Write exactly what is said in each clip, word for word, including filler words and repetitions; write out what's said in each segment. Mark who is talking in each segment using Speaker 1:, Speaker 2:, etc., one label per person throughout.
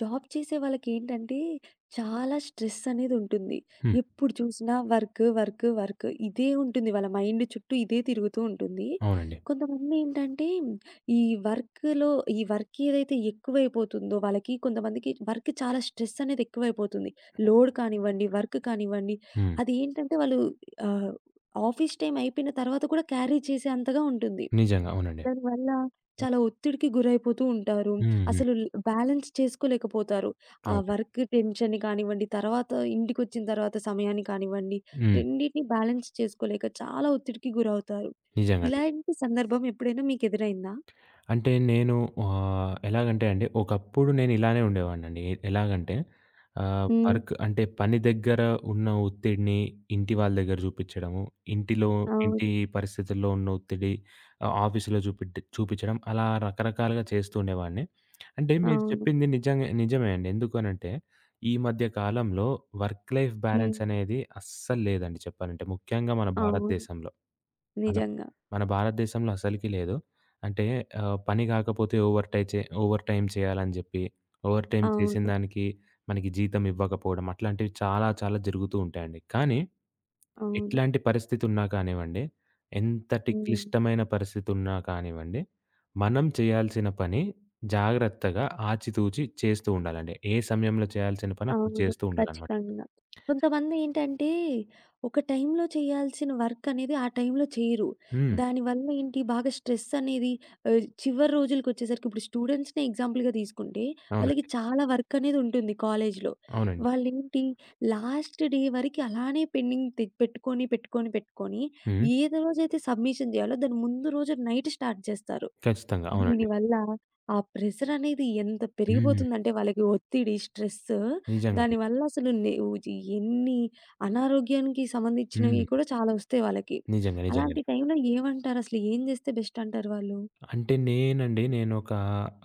Speaker 1: Job చేసే వాళ్ళకేంటంటే, చాలా స్ట్రెస్ అనేదుంటుంది.
Speaker 2: హ్మ్.
Speaker 1: ఎప్పుడు చూసినా వర్క్, వర్క్, వర్క్ ఇదే ఉంటుంది. వాళ్ళ మైండ్ చుట్టూ ఇదే తిరుగుతూ ఉంటుంది.
Speaker 2: అవునండి.
Speaker 1: కొంతమందేంటంటే, ఈ వర్క్‌లో ఈ వర్క్ ఏదైతే ఎక్కువైపోతుందో వాళ్ళకి కొంతమందికి వర్క్ చాలా స్ట్రెస్ అనేది ఎక్కువైపోతుంది. లోడ్ కానివ్వండి, వర్క్ కానివ్వండి,
Speaker 2: హ్మ్.
Speaker 1: అదేంటంటే వాళ్ళు ఆహ్, ఆఫీస్ టైమ్ అయిపోయిన తర్వాత కూడా క్యారీ చేసే అంతగా ఉంటుంది.
Speaker 2: నిజంగా. అవునండి.
Speaker 1: దానివల్ల
Speaker 2: హ్మ్.
Speaker 1: చాలా ఒత్తిడికి గురైపోతూ ఉంటారు.
Speaker 2: హ్మ్.
Speaker 1: అసలు ల్ బ్యాలెన్స్ చేసుకోలేకపోతారు. ఆ
Speaker 2: అవునండి.
Speaker 1: వర్క్ టెన్షన్ కానివ్వండి, తర్వాత ఇంటికొచ్చిన తర్వాత సమయాన్ని కానివ్వండి,
Speaker 2: హ్మ్.
Speaker 1: రెండిటిని బ్యాలెన్స్ చేసుకోలేక చాలా ఒత్తిడికి గురవుతారు.
Speaker 2: నిజంగా అండి.
Speaker 1: ఇలాంటి సందర్భం ఎప్పుడైనా మీకు ఎదురైందా?
Speaker 2: అంటే నేను ఆహ్, ఎలాగంటే అండి, ఒకప్పుడు నేను ఇలానే ఉండేవాడినండి. ఎలాగంటే ఆహ్,
Speaker 1: హ్మ్.
Speaker 2: వర్క్ అంటే పని దగ్గర ఉన్న ఒత్తిడిని ఇంటి వాళ్ళ దగ్గర చూపించడము, ఇంటిలో ఇంటి
Speaker 1: అవును.
Speaker 2: పరిస్థితుల్లో ఉన్న ఒత్తిడి ఆహ్, ఆఫీస్‌లో చూపిడ్ చూపించడం అలా రకరకాలుగా చేస్తూ ఉండేవాడిని. అంటే మీరు
Speaker 1: అవును.
Speaker 2: చెప్పింది నిజంగా నిజమే అండి. ఎందుకనంటే ఈ మధ్య కాలంలో వర్క్ లైఫ్ బ్యాలెన్స్
Speaker 1: హ్మ్.
Speaker 2: అనేది అస్సలు లేదండి చెప్పాలంటే. ముఖ్యంగా మన
Speaker 1: అవును.
Speaker 2: భారతదేశంలో. మన
Speaker 1: నిజంగా.
Speaker 2: మన భారతదేశంలో అసలుకి లేదు. అంటే ఆహ్, పని కాకపోతే ఓవర్ టై చే ఓవర్ టైమ్ చేయాలని జెప్పి, ఓవర్ టైమ్ చేసిన
Speaker 1: అవును.
Speaker 2: దానికి మనకి జీతం ఇవ్వకపోవడం అట్లాంటివి చాలా చాలా జరుగుతూ ఉంటాయండి. కానీ
Speaker 1: అవును.
Speaker 2: ఎట్లాంటి పరిస్థితి ఉన్నా కానివ్వండి, ఎంతటి
Speaker 1: హ్మ్.
Speaker 2: క్లిష్టమైన పరిస్థితి ఉన్నా కానివ్వండి, మనం చేయాల్సిన పని జాగ్రత్తగా ఆచితూచి చేస్తూ ఉండాలండి. ఏ సమయంలో చేయాల్సిన పని అప్పుడు
Speaker 1: అవును.
Speaker 2: చేస్తూ ఉండాలనమాట.
Speaker 1: ఖచ్చితంగా. కొంతమందేంటంటే, ఒక టైంలో చేయాల్సిన వర్క్ అనేది ఆ టైంలో చేయరు.
Speaker 2: హ్మ్.
Speaker 1: దానివల్ల ఏంటి బాగా స్ట్రెస్ అనేది ఆహ్, చివరి రోజులకొచ్చేసరికి ఇప్పుడు స్టూడెంట్స్‌నే ఎగ్జాంపుల్‌గా తీసుకుంటే, వాళ్ళకి
Speaker 2: అవునండి.
Speaker 1: చాలా వర్క్ అనేది ఉంటుంది కాలేజీలో.
Speaker 2: అవునండి.
Speaker 1: వాళ్ళేంటి లాస్ట్ డే వరకి అలానే పెండింగ్ తె పెట్టుకొని, పెట్టుకొని, పెట్టుకొని
Speaker 2: హ్మ్.
Speaker 1: ఏదో రోజైతే సబ్మిషన్ చేయాలో దాని ముందు రోజు నైట్ స్టార్ట్ చేస్తారు.
Speaker 2: ఖచ్చితంగా. అవునండి.
Speaker 1: దీనివల్ల ఆ ప్రెషరనేది ఎంత
Speaker 2: హ్మ్.
Speaker 1: పెరిగిపోతుందంటే వాళ్ళకి ఒత్తిడి, స్ట్రెస్
Speaker 2: నిజంగండి.
Speaker 1: దానివల్ల అసలు నే ఉచి ఎన్ని అనారోగ్యానికి సంబంధించినవి
Speaker 2: హ్మ్.
Speaker 1: కూడా చాలా వస్తాయి వాళ్ళకి.
Speaker 2: నిజంగా. నిజంగండి.
Speaker 1: అలాంటి టైంలో ఏమంటారు? అసలు ఏం జేస్తే బెస్ట్ అంటారు వాళ్ళు?
Speaker 2: అంటే నేనండి నేనొక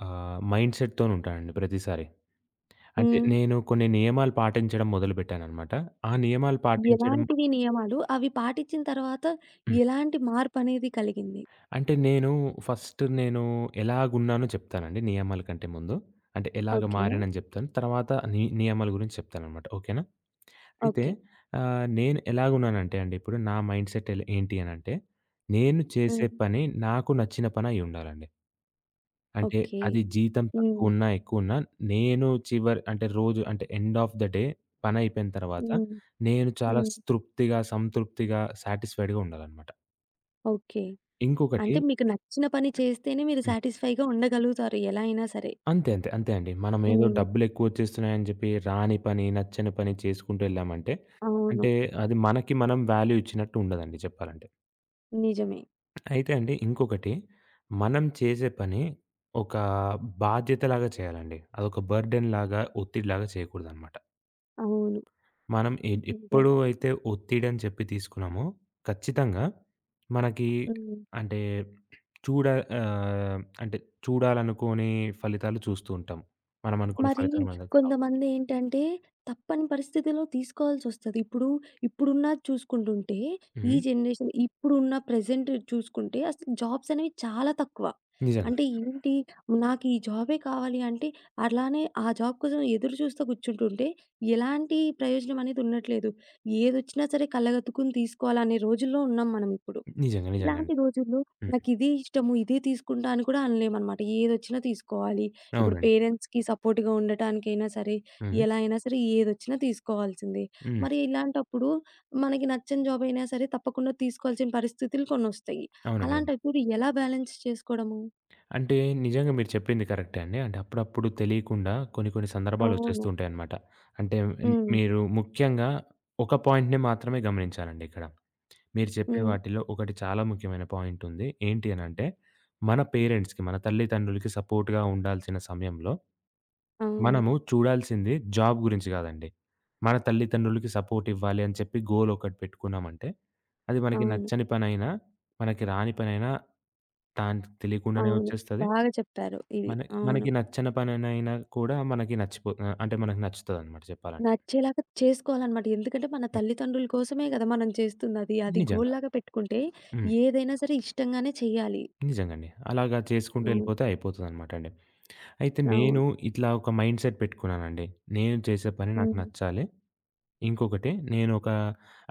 Speaker 2: ఆహ్, మైండ్‌సెట్‌తోని ఉంటానండి ప్రతిసారి. అంటే
Speaker 1: హ్మ్.
Speaker 2: నేను కొన్ని నియమాలు పాటించడం మొదలుపెట్టాననమాట. ఆ నియమాలు పాటించడం
Speaker 1: ఎలాంటివి నియమాలు? అవి పాటించిన తర్వాత
Speaker 2: హ్మ్.
Speaker 1: ఎలాంటి మార్పనేది కలిగింది?
Speaker 2: అంటే నేను ఫస్ట్ నేను ఎలాగున్నానో చెప్తానండి నియమాల కంటే ముందు. అంటే ఎలాగ
Speaker 1: ఓకే.
Speaker 2: మారానని చెప్తాను. తర్వాత ని నియమాల గురించి చెప్తాననమాట. ఓకేనా? అయితే
Speaker 1: ఓకే.
Speaker 2: ఆహ్, నేను ఎలాగున్నానంటే అండి ఇప్పుడు నా మైండ్‌సెట్ ఎల్ ఏంటి అనంటే, నేను చేసే
Speaker 1: హ్మ్.
Speaker 2: పని నాకు నచ్చిన పని అయ్యుండాలండి. అంటే
Speaker 1: ఓకే.
Speaker 2: అది జీతం
Speaker 1: హ్మ్.
Speaker 2: తక్కువున్నా, ఎక్కువున్నా నేను చివరి అంటే రోజు అంటే ఎండ్ ఆఫ్ ద డే పనైపోయిన తర్వాత
Speaker 1: హ్మ్.
Speaker 2: నేను చాలా
Speaker 1: హ్మ్.
Speaker 2: స్ తృప్తిగా, సంతృప్తిగా, సాటిస్ఫైడ్‌గా ఉండాలనమాట.
Speaker 1: ఓకే.
Speaker 2: ఇంకొకటి
Speaker 1: అంటే మీకు నచ్చిన పని చేస్తేనే మీరు
Speaker 2: హ్మ్.
Speaker 1: సాటిస్‌ఫై‌గా ఉండగలుగుతారు ఎలా అయినా సరే.
Speaker 2: అంతే. అంతే. అంతే అండి. మనమేదో
Speaker 1: హ్మ్.
Speaker 2: డబ్బులెక్కువొచ్చేస్తున్నాయని జెప్పి రాని పని, నచ్చని పని చేసుకుంటూ ఎళ్ళామంటే,
Speaker 1: అవును.
Speaker 2: అంటే అది మనకి మనం వాల్యూ ఇచ్చినట్టు ఉండదండి చెప్పాలంటే.
Speaker 1: నిజమే.
Speaker 2: అయితే అండి ఇంకొకటి మనం చేసే పని ఒక బాధ్యతలాగా చేయాలండి. అదొక బర్డెన్‌లాగా, ఒత్తిడిలాగా చేయకూడదనమాట.
Speaker 1: అవును.
Speaker 2: మనం ఎ ఎప్పుడు
Speaker 1: నిజంగా.
Speaker 2: అయితే ఒత్తిడని చెప్పి తీసుకున్నామో, ఖచ్చితంగా మనకి
Speaker 1: హ్మ్.
Speaker 2: అంటే చూడ ఆహ్, అంటే చూడాలనుకోని ఫలితాలు చూస్తూ ఉంటాం. మనం అనుకున్న
Speaker 1: మరి
Speaker 2: ఫలితాలు మన దగ్గరికి రావు.
Speaker 1: కొంతమందేంటంటే, తప్పని పరిస్థితిలో తీసుకోవాల్సొస్తది. ఇప్పుడు, ఇప్పుడున్నది చూసుకుంటుంటే, ఈ
Speaker 2: హ్మ్.
Speaker 1: జనరేషన్ ఇప్పుడున్న ప్రెజెంట్ చూసుకుంటే, అసలు జాబ్స్ అనేవి చాలా తక్కువ.
Speaker 2: నిజంగా.
Speaker 1: అంటే ఏంటి, నాకు ఈ జాబే కావాలి అంటే, అలానే ఆ జాబ్ కోసం ఎదురు చూస్తూ కూర్చుంటుంటే, ఎలాంటి ప్రయోజనం అనేది ఉండట్లేదు. ఏదొచ్చినా సరే కళ్ళగద్దుకుని తీసుకోవాలనే రోజుల్లో ఉన్నాం మనం ఇప్పుడు.
Speaker 2: నిజంగా. నిజంగా అండి.
Speaker 1: ఇలాంటి రోజుల్లో
Speaker 2: హ్మ్.
Speaker 1: నాకిదే ఇష్టము, ఇదే తీసుకుంటా అని కూడా అనలేమనమాట. ఏదొచ్చినా తీసుకోవాలి. ఇప్పుడు
Speaker 2: అవునండి.
Speaker 1: పేరెంట్స్‌కి సపోర్ట్‌గా ఉండటానికైనా సరే,
Speaker 2: హుహు.
Speaker 1: ఎలా అయినా సరే ఏదొచ్చినా తీసుకోవాల్సిందే.
Speaker 2: హ్మ్.
Speaker 1: మరి ఇలాంటప్పుడు మనకి నచ్చని జాబ్ అయినా సరే తప్పకుండా తీసుకోవాల్సిన పరిస్థితులు కొన్నొస్తాయి.
Speaker 2: అవునండి. అవును.
Speaker 1: అలాంటప్పుడు ఎలా బ్యాలెన్స్ చేసుకోవడము?
Speaker 2: అంటే నిజంగా మీరు చెప్పింది కరెక్టే అండి. అంటే అప్పుడప్పుడు తెలియకుండా కొన్ని కొన్ని సందర్భాలొచ్చేస్తూ
Speaker 1: అవును.
Speaker 2: ఉంటాయన్నమాట. అంటే
Speaker 1: హ్మ్.
Speaker 2: మీరు ముఖ్యంగా ఒక పాయింట్‌ని మాత్రమే గమనించాలండి ఇక్కడ. మీరు చెప్పే
Speaker 1: హ్మ్.
Speaker 2: వాటిలో ఒకటి చాలా ముఖ్యమైన పాయింట్ ఉంది. ఏంటి అనంటే, మన పేరెంట్స్‌కి, మన తల్లిదండ్రులకి సపోర్ట్‌గా ఉండాల్సిన సమయంలో,
Speaker 1: అవును.
Speaker 2: మనము చూడాల్సింది జాబ్ గురించి కాదండి. మన తల్లిదండ్రులకి సపోర్ట్ ఇవ్వాలి అని చెప్పి గోల్ ఒకటి పెట్టుకున్నామంటే, అది మనకి
Speaker 1: అవును.
Speaker 2: నచ్చని పనైనా, మనకి రాని పనైనా దానికి తెలియకుండానే
Speaker 1: అవును.
Speaker 2: వచ్చేస్తది.
Speaker 1: బాగా చెప్పారు ఇది.
Speaker 2: మన
Speaker 1: అవును.
Speaker 2: మనకి నచ్చని పనినైనా కూడా మనకి నచ్చిపో ఆహ్, అంటే మనకి నచ్చుతదనమాట చెప్పాలంటే.
Speaker 1: నచ్చేలాగా చేసుకోవాలనమాట. ఎందుకంటే మన
Speaker 2: హ్మ్.
Speaker 1: తల్లిదండ్రుల కోసమే గదా! మనం చేస్తుందది. అది
Speaker 2: నిజంగా.
Speaker 1: గోల్‌లాగా పెట్టుకుంటే
Speaker 2: హ్మ్.
Speaker 1: ఏదైనా సరే ఇష్టంగానే చెయ్యాలి.
Speaker 2: నిజంగండి. అలాగా చేసుకుంటూ
Speaker 1: అవును.
Speaker 2: ఎళ్ళిపోతే అయిపోతదనమాట అండి. అయితే నేను
Speaker 1: అవును.
Speaker 2: ఇట్లా ఒక మైండ్‌సెట్ పెట్టుకున్నానండి. నేను చేసే పని నాకు
Speaker 1: హ్మ్.
Speaker 2: నచ్చాలి. ఇంకొకటి నేనొక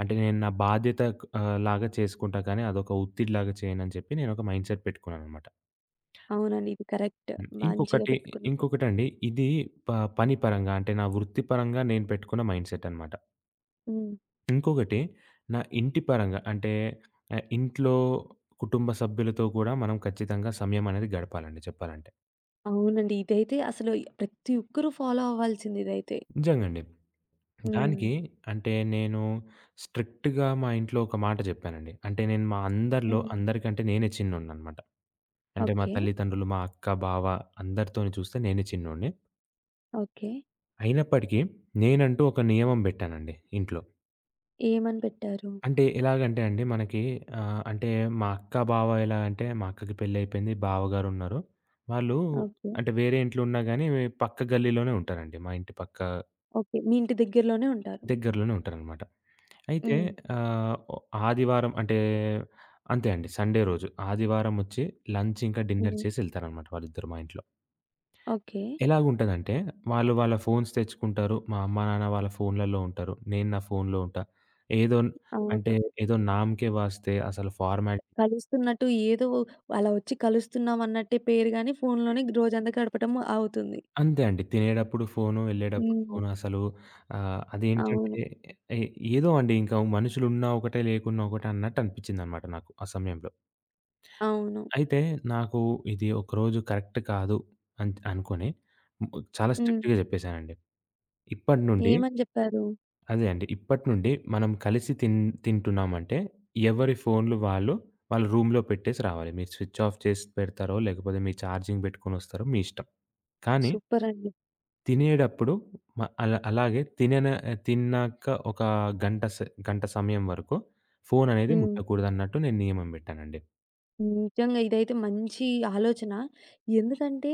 Speaker 2: అంటే నేను నా బాధ్యత ఆహ్, లాగా చేసుకుంటా కానీ అదొక ఒత్తిడిలాగా చేయనని చెప్పి నేనొక మైండ్‌సెట్ పెట్టుకున్నాననమాట.
Speaker 1: అవునండి. ఇది కరెక్ట్.
Speaker 2: హ్మ్.
Speaker 1: మంచిగా
Speaker 2: ఇంకొకటి
Speaker 1: పెట్టుకున్నారు.
Speaker 2: ఇంకొకటండి ఇది ప పని పరంగా అంటే నా వృత్తి పరంగా నేను పెట్టుకున్న మైండ్‌సెట్ అనమాట.
Speaker 1: హ్మ్.
Speaker 2: ఇంకొకటి నా ఇంటి పరంగా అంటే ఆహ్, ఇంట్లో కుటుంబ సభ్యులతో కూడా మనం ఖచ్చితంగా సమయం అనేది గడపాలండి చెప్పాలంటే.
Speaker 1: అవునండి. ఇదైతే అసలు ప్రతి ఒక్కరు ఫాలో అవ్వాల్సింది ఇదైతే.
Speaker 2: నిజంగండి.
Speaker 1: హ్మ్.
Speaker 2: దానికి అంటే నేను స్ట్రిక్ట్‌గా మా ఇంట్లో ఒక మాట జెప్పానండి. అంటే నేను మా అందరిలో
Speaker 1: హ్మ్.
Speaker 2: అందరికంటే నేనే చిన్నోడిననమాట. అంటే మా
Speaker 1: ఓకే.
Speaker 2: తల్లిదండ్రులు, మా అక్క, బావ అందరితోని చూస్తే నేనే చిన్నోడిని.
Speaker 1: ఓకే.
Speaker 2: అయినప్పటికీ నేనంటూ ఒక నియమం బెట్టానండి ఇంట్లో.
Speaker 1: ఏమని పెట్టారు?
Speaker 2: అంటే ఎలాగంటే అండి మనకి ఆహ్, అంటే మా అక్క, బావ ఎలా అంటే మా అక్కకి పెళ్లయిపోయింది. బావగారున్నారు. వాళ్ళు
Speaker 1: ఓకే.
Speaker 2: అంటే వేరే ఇంట్లో ఉన్నా గానీ పక్క గల్లీలోనే ఉంటారండి. మా ఇంటి పక్క
Speaker 1: ఓకే. మీ ఇంటి దగ్గరలోనే ఉంటారు.
Speaker 2: దగ్గరలోనే ఉంటారనమాట. అయితే
Speaker 1: హ్మ్.
Speaker 2: ఆహ్, ఒ ఆదివారం అంటే అంతే అండి. సండే రోజు ఆదివారమొచ్చి లంచ్ ఇంకా డిన్నర్
Speaker 1: హ్మ్.
Speaker 2: చేసి ఎళ్తారనమాట వాళ్ళిద్దరు మా ఇంట్లో.
Speaker 1: ఓకే.
Speaker 2: ఎలాగుంటదంటే వాళ్ళు వాళ్ళ ఫోన్స్ తెచ్చుకుంటారు. మా అమ్మ, నాన్న వాళ్ళ ఫోన్‌లలో ఉంటారు. నేను నా ఫోన్‌లో ఉంటా. ఏదో అంటే
Speaker 1: అవును.
Speaker 2: ఏదో నామ్‌కే వాస్తే అసలు ఫార్మాలిటీ
Speaker 1: కలుస్తున్నట్టు ఏదో అలా వచ్చి కలుస్తున్నాం అన్నట్టే పేరు గాని, ఫోనులోనే రోజంతా గడపటం అవుతుంది.
Speaker 2: అంతే అండి. తినేటప్పుడు ఫోను, ఎళ్ళేటప్పుడు
Speaker 1: హ్మ్.
Speaker 2: ఫోను అసలు ఆహ్, అదేంటంటే
Speaker 1: అవును.
Speaker 2: ఎ ఏదో అండి ఇంకా మనుషులున్నా ఒకటే, లేకున్నా ఒకటే అన్నట్టు అనిపించిందనమాట నాకు ఆ సమయంలో.
Speaker 1: అవును.
Speaker 2: అయితే నాకు ఇది ఒకరోజు కరెక్ట్ కాదు అన్ అనుకోని హ్మ్, చాలా
Speaker 1: హ్మ్.
Speaker 2: స్ట్రిక్ట్‌గా చెప్పేసానండి. ఇప్పటి నుండి
Speaker 1: ఏమని జెప్పారు?
Speaker 2: అదే అండి. ఇప్పటి నుండి మనం కలిసి తిన్ తింటున్నామంటే ఎవరి ఫోన్‌లు వాళ్ళు, వాళ్ళ రూమ్‌లో పెట్టేసి రావాలి. మీరు స్విచ్ ఆఫ్ చేసి పెడతారో, లేకపోతే మీ ఛార్జింగ్ పెట్టుకొనొస్తారో మీ ఇష్టం. కానీ
Speaker 1: సూపరండి.
Speaker 2: తినేటప్పుడు మ అలా అలాగే తినన తిన్నాక ఒక గంట స గంట సమయం వరకు ఫోన్ అనేది
Speaker 1: హ్మ్.
Speaker 2: ముట్టకూడదన్నట్టు నేను నియమం పెట్టానండి.
Speaker 1: నిజంగా ఇదైతే మంచి ఆలోచన. ఎందుకంటే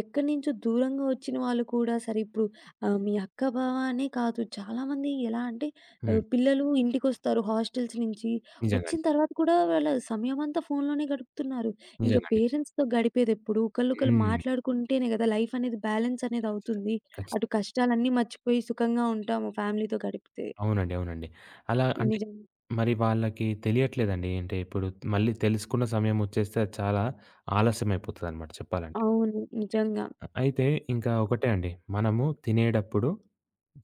Speaker 1: ఎక్కడి నుంచో దూరంగా వచ్చిన వాళ్ళు కూడా సరే ఇప్పుడు ఆహ్, మీ అక్క, బావ అనే కాదు చాలామంది ఎలా అంటే
Speaker 2: హ్మ్.
Speaker 1: ఆహ్, పిల్లలు ఇంటికొస్తారు హాస్టల్స్ నుంచి.
Speaker 2: నిజంగా
Speaker 1: వచ్చిన
Speaker 2: అండి.
Speaker 1: తర్వాత కూడా వాళ్ళ సమయమంతా ఫోన్‌లోనే గడుపుతున్నారు. ఇంక
Speaker 2: నిజంగా అండి.
Speaker 1: పేరెంట్స్‌తో గడిపేదెప్పుడు? ఒకళ్ళొకళ్ళు
Speaker 2: హ్మ్.
Speaker 1: మాట్లాడుకుంటేనే కదా లైఫ్ అనేది బ్యాలెన్స్ అనేది
Speaker 2: ఖచ్చితంగా.
Speaker 1: అవుతుంది. అటు
Speaker 2: ఖచ్చితంగా.
Speaker 1: కష్టాలన్నీ మర్చిపోయి సుఖంగా ఉంటాము ఫ్యామిలీతో గడిపితే.
Speaker 2: అవునండి. అవునండి. అలా అంటే
Speaker 1: నిజంగా.
Speaker 2: మరి వాళ్ళకి తెలియట్లేదండి. అంటే ఇప్పుడు మళ్ళీ తెలుసుకున్న సమయం వచ్చేస్తే అది చాలా ఆలస్యం అయిపోతదనమాట చెప్పాలంటే.
Speaker 1: అవును. నిజంగా.
Speaker 2: అయితే ఇంకా ఒకటే అండి. మనము తినేటప్పుడు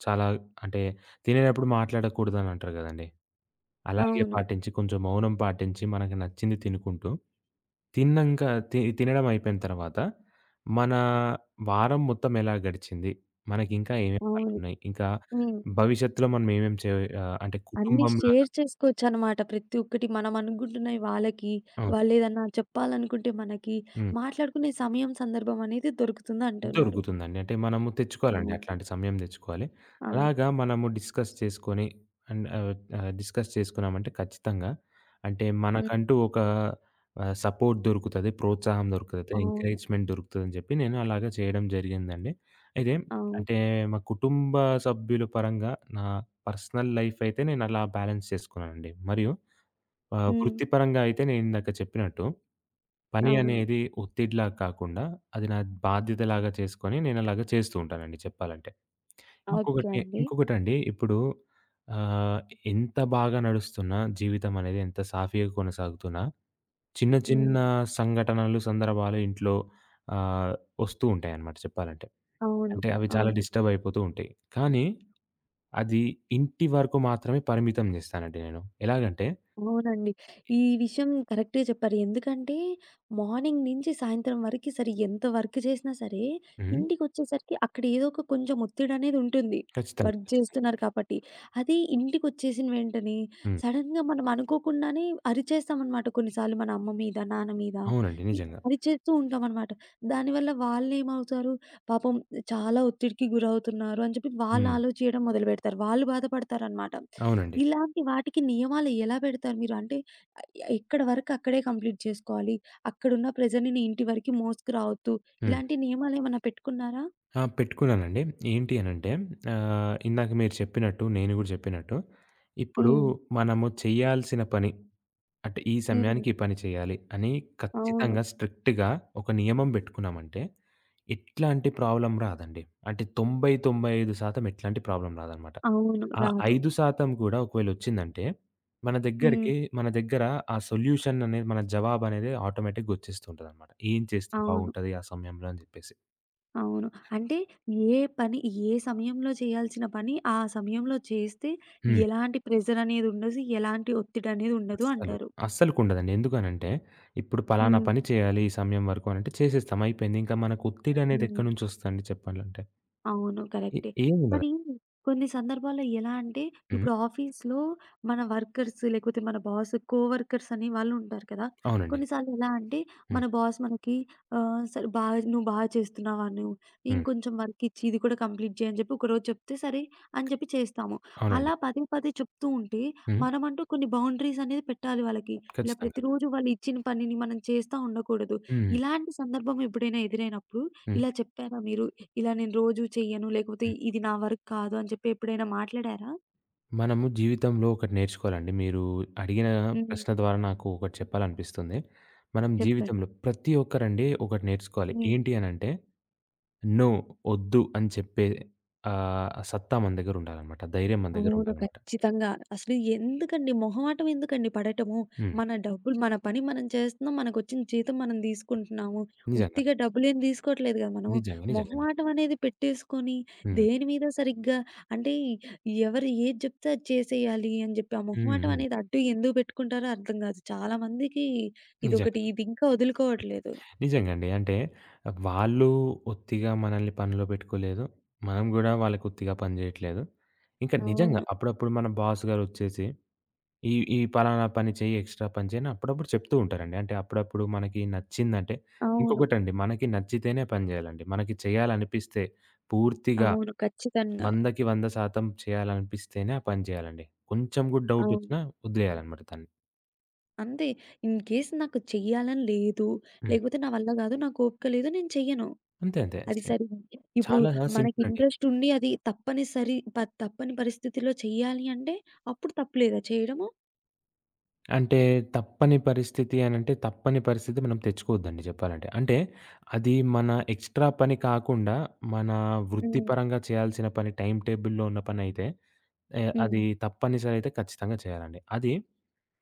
Speaker 2: చాలా అంటే తినేటప్పుడు మాట్లాడకూడదని అంటారు గదండీ! అలాగే
Speaker 1: అవును.
Speaker 2: పాటించి కొంచెం మౌనం పాటించి మనకి నచ్చింది తినుకుంటూ, తిన్నంక తి తినడం అయిపోయిన తర్వాత మన వారం మొత్తం ఎలా గడిచింది? మనకింకా ఏమేం
Speaker 1: అవును.
Speaker 2: పనులున్నాయి? ఇంకా
Speaker 1: హ్మ్.
Speaker 2: భవిష్యత్తులో మనం ఏమేం చే ఆహ్, అంటే
Speaker 1: అన్నీ
Speaker 2: కుటుంబంలాగా
Speaker 1: షేర్ చేసుకోవచ్చనమాట. ప్రతి ఒక్కటి మనం అనుకుంటున్నయి వాళ్ళకి,
Speaker 2: హ్మ్.
Speaker 1: వాళ్ళేదన్నా చెప్పాలనుకుంటే మనకి,
Speaker 2: హ్మ్.
Speaker 1: మాట్లాడుకునే సమయం, సందర్భం అనేది దొరుకుతుందంటున్నారు.
Speaker 2: దొరుకుతుందండి. అంటే మనము తెచ్చుకోవాలండి.
Speaker 1: అవును.
Speaker 2: అట్లాంటి సమయం తెచ్చుకోవాలి.
Speaker 1: అవును.
Speaker 2: అలాగా మనము డిస్కస్ చేసుకొని అండ్ ఆహ్, ఆహ్, డిస్కస్ చేసుకున్నామంటే ఖచ్చితంగా అంటే
Speaker 1: హ్మ్.
Speaker 2: మనకంటూ ఒక ఆహ్, సపోర్ట్ దొరుకుతది. ప్రోత్సాహం దొరుకుతది.
Speaker 1: అవును.
Speaker 2: ఎంకరేజ్‌మెంట్ దొరుకుతదని చెప్పి నేను అలాగా చేయడం జరిగిందండి. అయితే
Speaker 1: అవును.
Speaker 2: అంటే మా కుటుంబ సభ్యుల పరంగా నా పర్సనల్ లైఫ్ అయితే నేను అలా బ్యాలెన్స్ చేసుకున్నానండి. మరియు ఆహ్,
Speaker 1: హ్మ్.
Speaker 2: వృత్తిపరంగా అయితే నేనిందాక చెప్పినట్టు, పని
Speaker 1: అవును.
Speaker 2: అనేది ఒత్తిడిలాగా కాకుండా, అది నా బాధ్యతలాగా చేసుకొని నేనలాగా చేస్తూ ఉంటానండి చెప్పాలంటే.
Speaker 1: ఓకే
Speaker 2: ఇంకొకటి
Speaker 1: అండి.
Speaker 2: ఇంకొకటండి ఇప్పుడు ఆహ్, ఎంత బాగా నడుస్తున్నా జీవితం అనేది ఎంత సాఫీగా కొనసాగుతున్నా, చిన్న
Speaker 1: హ్మ్.
Speaker 2: చిన్న సంఘటనలు, సందర్భాలు ఇంట్లో ఆహ్, వస్తూ ఉంటాయన్నమాట చెప్పాలంటే.
Speaker 1: అవును.
Speaker 2: అంటే అవి చాలా
Speaker 1: అవును.
Speaker 2: డిస్టర్బ్ అయిపోతూ ఉంటాయి. కానీ అది ఇంటి వరకు మాత్రమే పరిమితం చేస్తానండి నేను. ఎలాగంటే
Speaker 1: అవునండి. ఈ విషయం కరెక్ట్‌గా చెప్పారు. ఎందుకంటే, మార్నింగ్ నుంచి సాయంత్రం వరకి సరే ఎంత వర్క్ చేసినా సరే,
Speaker 2: హ్మ్.
Speaker 1: ఇంటికొచ్చేసరికి అక్కడ ఏదో ఒక కొంచెం ఒత్తిడనేది ఉంటుంది.
Speaker 2: ఖచ్చితంగా.
Speaker 1: వర్క్
Speaker 2: ఖచ్చితంగా.
Speaker 1: చేస్తున్నారు కాబట్టి. అది ఇంటికొచ్చేసిన వెంటనే
Speaker 2: హ్మ్.
Speaker 1: సడెన్‌గా మనం అనుకోకుండానే అరిచేస్తామనమాట కొన్నిసార్లు మన అమ్మ మీద, నాన్న మీద.
Speaker 2: అవునండి.
Speaker 1: ఇ
Speaker 2: నిజంగా.
Speaker 1: అరిచేస్తూ ఉంటామనమాట. దానివల్ల వాళ్ళేమవుతారు, పాపం చాలా ఒత్తిడికి గురవుతున్నారు అని చెప్పి వాళ్ళు
Speaker 2: హ్మ్.
Speaker 1: ఆలోచించడం మొదలుపెడతారు. వాళ్ళు బాధపడతారనమాట.
Speaker 2: అవునండి.
Speaker 1: ఇలాంటి వాటికి నియమాలు ఎలా పెడతారు మీరు? అంటే ఎక్కడి వరకు అక్కడే కంప్లీట్ చేసుకోవాలి. అక్కడున్న ప్రెషర్‌ని నీ ఇంటి వరకి మోసుకురావద్దు.
Speaker 2: హ్మ్.
Speaker 1: ఇలాంటి నియమాలేమన్నా పెట్టుకున్నారా?
Speaker 2: ఆ! పెట్టుకున్నానండి. ఏంటి అనంటే ఆహ్, ఇందాక మీరు చెప్పినట్టు, నేను గూడా చెప్పినట్టు, ఇప్పుడు
Speaker 1: హ్మ్.
Speaker 2: మనము చేయాల్సిన పని అంటే ఈ
Speaker 1: హ్మ్.
Speaker 2: సమయానికి ఈ పని చేయాలి అని
Speaker 1: అవును.
Speaker 2: ఖచ్చితంగా స్ట్రిక్ట్‌గా ఒక నియమం బెట్టుకున్నామంటే, ఎట్లాంటి ప్రాబ్లమ్ రాదండి. అంటే తొంభై, తొంభై ఐదు శాతం ఎట్లాంటి ప్రాబ్లమ్ రాదనమాట.
Speaker 1: అవును.
Speaker 2: ఆ
Speaker 1: రాదు.
Speaker 2: ఐదు శాతం కూడా ఒకవేళొచ్చిందంటే, మన
Speaker 1: హ్మ్.
Speaker 2: దగ్గరికి మన దగ్గర ఆ సొల్యూషన్ అనేది మన జవాబనేది ఆటోమేటిక్‌గా వచ్చేస్తూ ఉంటదనమాట. ఏం చేస్తే
Speaker 1: అవును.
Speaker 2: బాగుంటది ఆ సమయంలో అని జెప్పేసి.
Speaker 1: అవును. అంటే ఏ పని ఏ సమయంలో చేయాల్సిన పని ఆ సమయంలో చేస్తే
Speaker 2: హ్మ్.
Speaker 1: ఎలాంటి ప్రెషర్ అనేది ఉండదు. ఎలాంటి ఒత్తిడి అనేది ఉండదు
Speaker 2: అస్సలు.
Speaker 1: అంటారు.
Speaker 2: అస్సలకుండదండి. ఎందుకనంటే, ఇప్పుడు పలానా
Speaker 1: హ్మ్.
Speaker 2: పని చేయాలి ఈ సమయం వరకు అనంటే చేసేస్తాం అయిపోయింది. ఇంకా మనకు ఒత్తిడనేది
Speaker 1: హ్మ్.
Speaker 2: ఎక్కడినుంచొస్తదండి చెప్పాలంటే?
Speaker 1: అవును.
Speaker 2: ఏ
Speaker 1: కరెక్టే.
Speaker 2: ఏముండదు.
Speaker 1: మరి కొన్ని సందర్భాల్లో ఎలా అంటే,
Speaker 2: హ్మ్.
Speaker 1: ఇప్పుడు ఆఫీస్‌లో మన వర్కర్స్ లేకపోతే మన బాస్ కోవర్కర్స్ అనే వాళ్ళుంటారు కదా!
Speaker 2: అవునండి.
Speaker 1: కొన్నిసార్లు ఎలా అంటే,
Speaker 2: హ్మ్.
Speaker 1: మన బాస్ మనకి ఆహ్, సరే బాగా "నువ్వు బాగా చేస్తున్నావా? నువ్వు
Speaker 2: హ్మ్.
Speaker 1: ఇంకొంచెం వర్క్ ఇచ్చి ఇది కూడా కంప్లీట్ చేయి" అని చెప్పి ఒకరోజు చెప్తే సరే అని చెప్పి చేస్తాము.
Speaker 2: అవునండి.
Speaker 1: అలా పదే పదే చెప్తూ ఉంటే,
Speaker 2: హ్మ్.
Speaker 1: మనమంటూ కొన్ని బౌండరీస్ అనేది పెట్టాలి వాళ్ళకి. ఇలా
Speaker 2: ఖచ్చితంగా.
Speaker 1: ప్రతిరోజు వాళ్ళు ఇచ్చిన పనిని మనం చేస్తా ఉండకూడదు.
Speaker 2: హ్మ్. హ్మ్.
Speaker 1: ఇలాంటి సందర్భం ఎప్పుడైనా ఎదురైనప్పుడు
Speaker 2: హ్మ్.
Speaker 1: ఇలా చెప్పారా మీరు? ఇలా నేను రోజు చెయ్యను, లేకపోతే ఇది నా వర్క్ కాదు అని చెప్పి ఎప్పుడైనా మాట్లాడారా?
Speaker 2: మనము జీవితంలో ఒకటి నేర్చుకోవాలండి. మీరు అడిగిన హ్మ్.
Speaker 1: హ్మ్.
Speaker 2: ప్రశ్న ద్వారా నాకు ఒకటి చెప్పాలనిపిస్తుంది. మనం
Speaker 1: చెప్పండి.
Speaker 2: జీవితంలో ప్రతి ఒక్కరండి ఒకటి నేర్చుకోవాలి.
Speaker 1: హ్మ్.
Speaker 2: ఏంటి అనంటే, నో వద్దు అని చెప్పే ఆహ్, సత్తా మన దగ్గర ఉండాలనమాట. ధైర్యం మన దగ్గర
Speaker 1: అవును.
Speaker 2: ఉండాలనమాట.
Speaker 1: ఖచ్చితంగా. అసలు ఎందుకండి మొహమాటం ఎందుకండి పడటము?
Speaker 2: హ్మ్.
Speaker 1: మన డబ్బులు మన పని మనం చేస్తున్నాం. మనకొచ్చిన జీతం మనం తీసుకుంటున్నాము.
Speaker 2: నిజంగా.
Speaker 1: ఉత్తిగా డబ్బులేం తీసుకోవట్లేదు కదా మనము.
Speaker 2: నిజంగా. నిజంగండి.
Speaker 1: మొహమాటం అనేది పెట్టేసుకొని
Speaker 2: హ్మ్.
Speaker 1: దేని మీద సరిగ్గా అంటే ఎవరు ఏది చెప్తే అది చేసేయాలి అని చెప్పి ఆ
Speaker 2: హ్మ్.
Speaker 1: మొహమాటం
Speaker 2: హ్మ్.
Speaker 1: అనేది అడ్డు ఎందుకు పెట్టుకుంటారో అర్థం కాదు. చాలా మందికి
Speaker 2: నిజంగా.
Speaker 1: ఇదొకటి ఇది ఇంకా వదులుకోవట్లేదు.
Speaker 2: నిజంగండి. అంటే వాళ్ళు ఒత్తిగా మనల్ని పనిలో పెట్టుకోలేదు. మనం గూడా వాళ్ళకి ఒత్తిగా పని జేయట్లేదు. ఇంకా నిజంగా
Speaker 1: అవును.
Speaker 2: అప్పుడప్పుడు మన బాస్ గారొచ్చేసి ఈ ఈ పలానా పని చెయ్యి, ఎక్స్‌ట్రా పని చెయ్యి అని అప్పుడప్పుడు చెప్తూ ఉంటారండి. అంటే అప్పుడప్పుడు మనకి నచ్చిందంటే
Speaker 1: అవును.
Speaker 2: ఇంకొకటండి మనకి నచ్చితేనే పని జేయాలండి. మనకి చేయాలనిపిస్తే పూర్తిగా
Speaker 1: అవును. ఖచ్చితంగా.
Speaker 2: వందకి వంద శాతం చేయాలనిపిస్తేనే ఆ పని జేయాలండి. కొంచెం గూడా
Speaker 1: అవును.
Speaker 2: డౌటొచ్చినా వదిలేయాలనమాట దాన్ని.
Speaker 1: అంతే. ఇన్‌కేస్ నాకు చెయ్యాలని లేదు,
Speaker 2: హ్మ్.
Speaker 1: లేకపోతే నా వల్ల గాదు, నాకు ఓపిక లేదు, నేను చెయ్యను.
Speaker 2: అంతే అంతే.
Speaker 1: అది
Speaker 2: సి
Speaker 1: సరి ఇప్పుడు
Speaker 2: చాలా
Speaker 1: మనకి
Speaker 2: సింపుల్ అండి.
Speaker 1: ఇంట్రెస్ట్ ఉండి అది తప్పనిసరి ప తప్పని పరిస్థితిలో చెయ్యాలి అంటే అప్పుడు తప్పులేదా చేయడము?
Speaker 2: అంటే తప్పని పరిస్థితి అనంటే తప్పని పరిస్థితి మనం తెచ్చుకోవద్దండి జెప్పాలంటే. అంటే అది మన ఎక్స్‌ట్రా పని కాకుండా మన
Speaker 1: హ్మ్.
Speaker 2: వృత్తిపరంగా చేయాల్సిన పని టైమ్ టేబుల్‌లో ఉన్న పనైతే ఏ
Speaker 1: హ్మ్.
Speaker 2: అది తప్పనిసరి అయితే ఖచ్చితంగా చేయాలండి. అది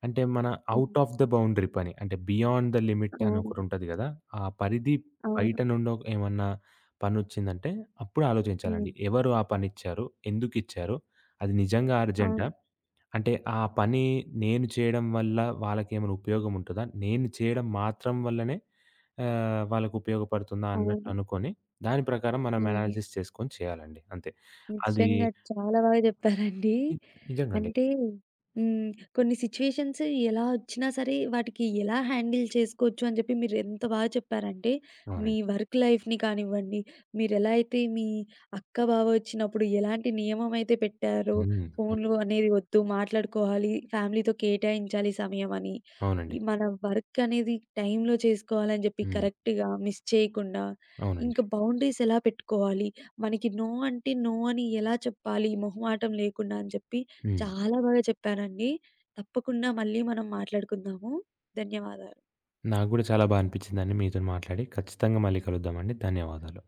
Speaker 2: అంటే మన
Speaker 1: హ్మ్.
Speaker 2: ఔట్ ఆఫ్ ద బౌండరీ పని. అంటే బియాండ్ ద లిమిట్ అని
Speaker 1: అవును.
Speaker 2: ఒకటుంటది గదా! ఆ పరిధి
Speaker 1: అవును.
Speaker 2: బయట నుండి ఒ ఏమన్నా పనొచ్చిందంటే అప్పుడు
Speaker 1: హ్మ్.
Speaker 2: ఆలోచించాలండి. ఎవరు ఆ పనిచ్చారు? ఎందుకిచ్చారు? అది నిజంగా అర్జెంటా?
Speaker 1: అవును.
Speaker 2: అంటే ఆ పని నేను చేయడం వల్ల వాళ్ళకేమైనా ఉపయోగం ఉంటదా? నేను చేయడం మాత్రం వల్లనే ఆహ్, వాళ్ళకి ఉపయోగపడుతుందా అన్నట్టు
Speaker 1: అవును.
Speaker 2: అనుకోని దాని ప్రకారం మనం
Speaker 1: హ్మ్.
Speaker 2: అనాలిసిస్ చేసుకొని చేయాలండి. అంతే. అది
Speaker 1: నిజంగా చాలా బాగా చెప్పారండి.
Speaker 2: ని నిజంగండి.
Speaker 1: అంటే హ్మ్. కొన్ని సిట్యుయేషన్స్ ఎలా వచ్చినా సరే, వాటికి ఎలా హ్యాండిల్ చేసుకోవచ్చు అని చెప్పి మీరు ఎంత బాగా చెప్పారంటే, మీ
Speaker 2: అవునండి.
Speaker 1: వర్క్ లైఫ్‌ని కానివ్వండి, మీరెలా అయితే మీ అక్క, బావ వచ్చినప్పుడు ఎలాంటి నియమం అయితే పెట్టారో,
Speaker 2: హ్మ్. అవును.
Speaker 1: ఫోన్‌లు అనేది వద్దు, మాట్లాడుకోవాలి, ఫ్యామిలీతో కేటాయించాలి సమయం అని,
Speaker 2: అవునండి.
Speaker 1: ఈ మన వర్క్ అనేది టైమ్‌లో చేసుకోవాలని చెప్పి
Speaker 2: హ్మ్.
Speaker 1: కరెక్ట్‌గా మిస్ చేయకుండా,
Speaker 2: అవునండి.
Speaker 1: ఇంకా బౌండరీస్ ఎలా పెట్టుకోవాలి, మనకి నో అంటే నో అని ఎలా చెప్పాలి మొహమాటం లేకుండా అని చెప్పి
Speaker 2: హ్మ్.
Speaker 1: చాలా బాగా చెప్పారండి. తప్పకుండా మళ్ళీ మనం మాట్లాడుకుందాము. ధన్యవాదాలు.
Speaker 2: నాకు గూడా చాలా బా అనిపించిందండి మీతోని మాట్లాడి. ఖచ్చితంగా మళ్ళీ కలుద్దామండి. ధన్యవాదాలు.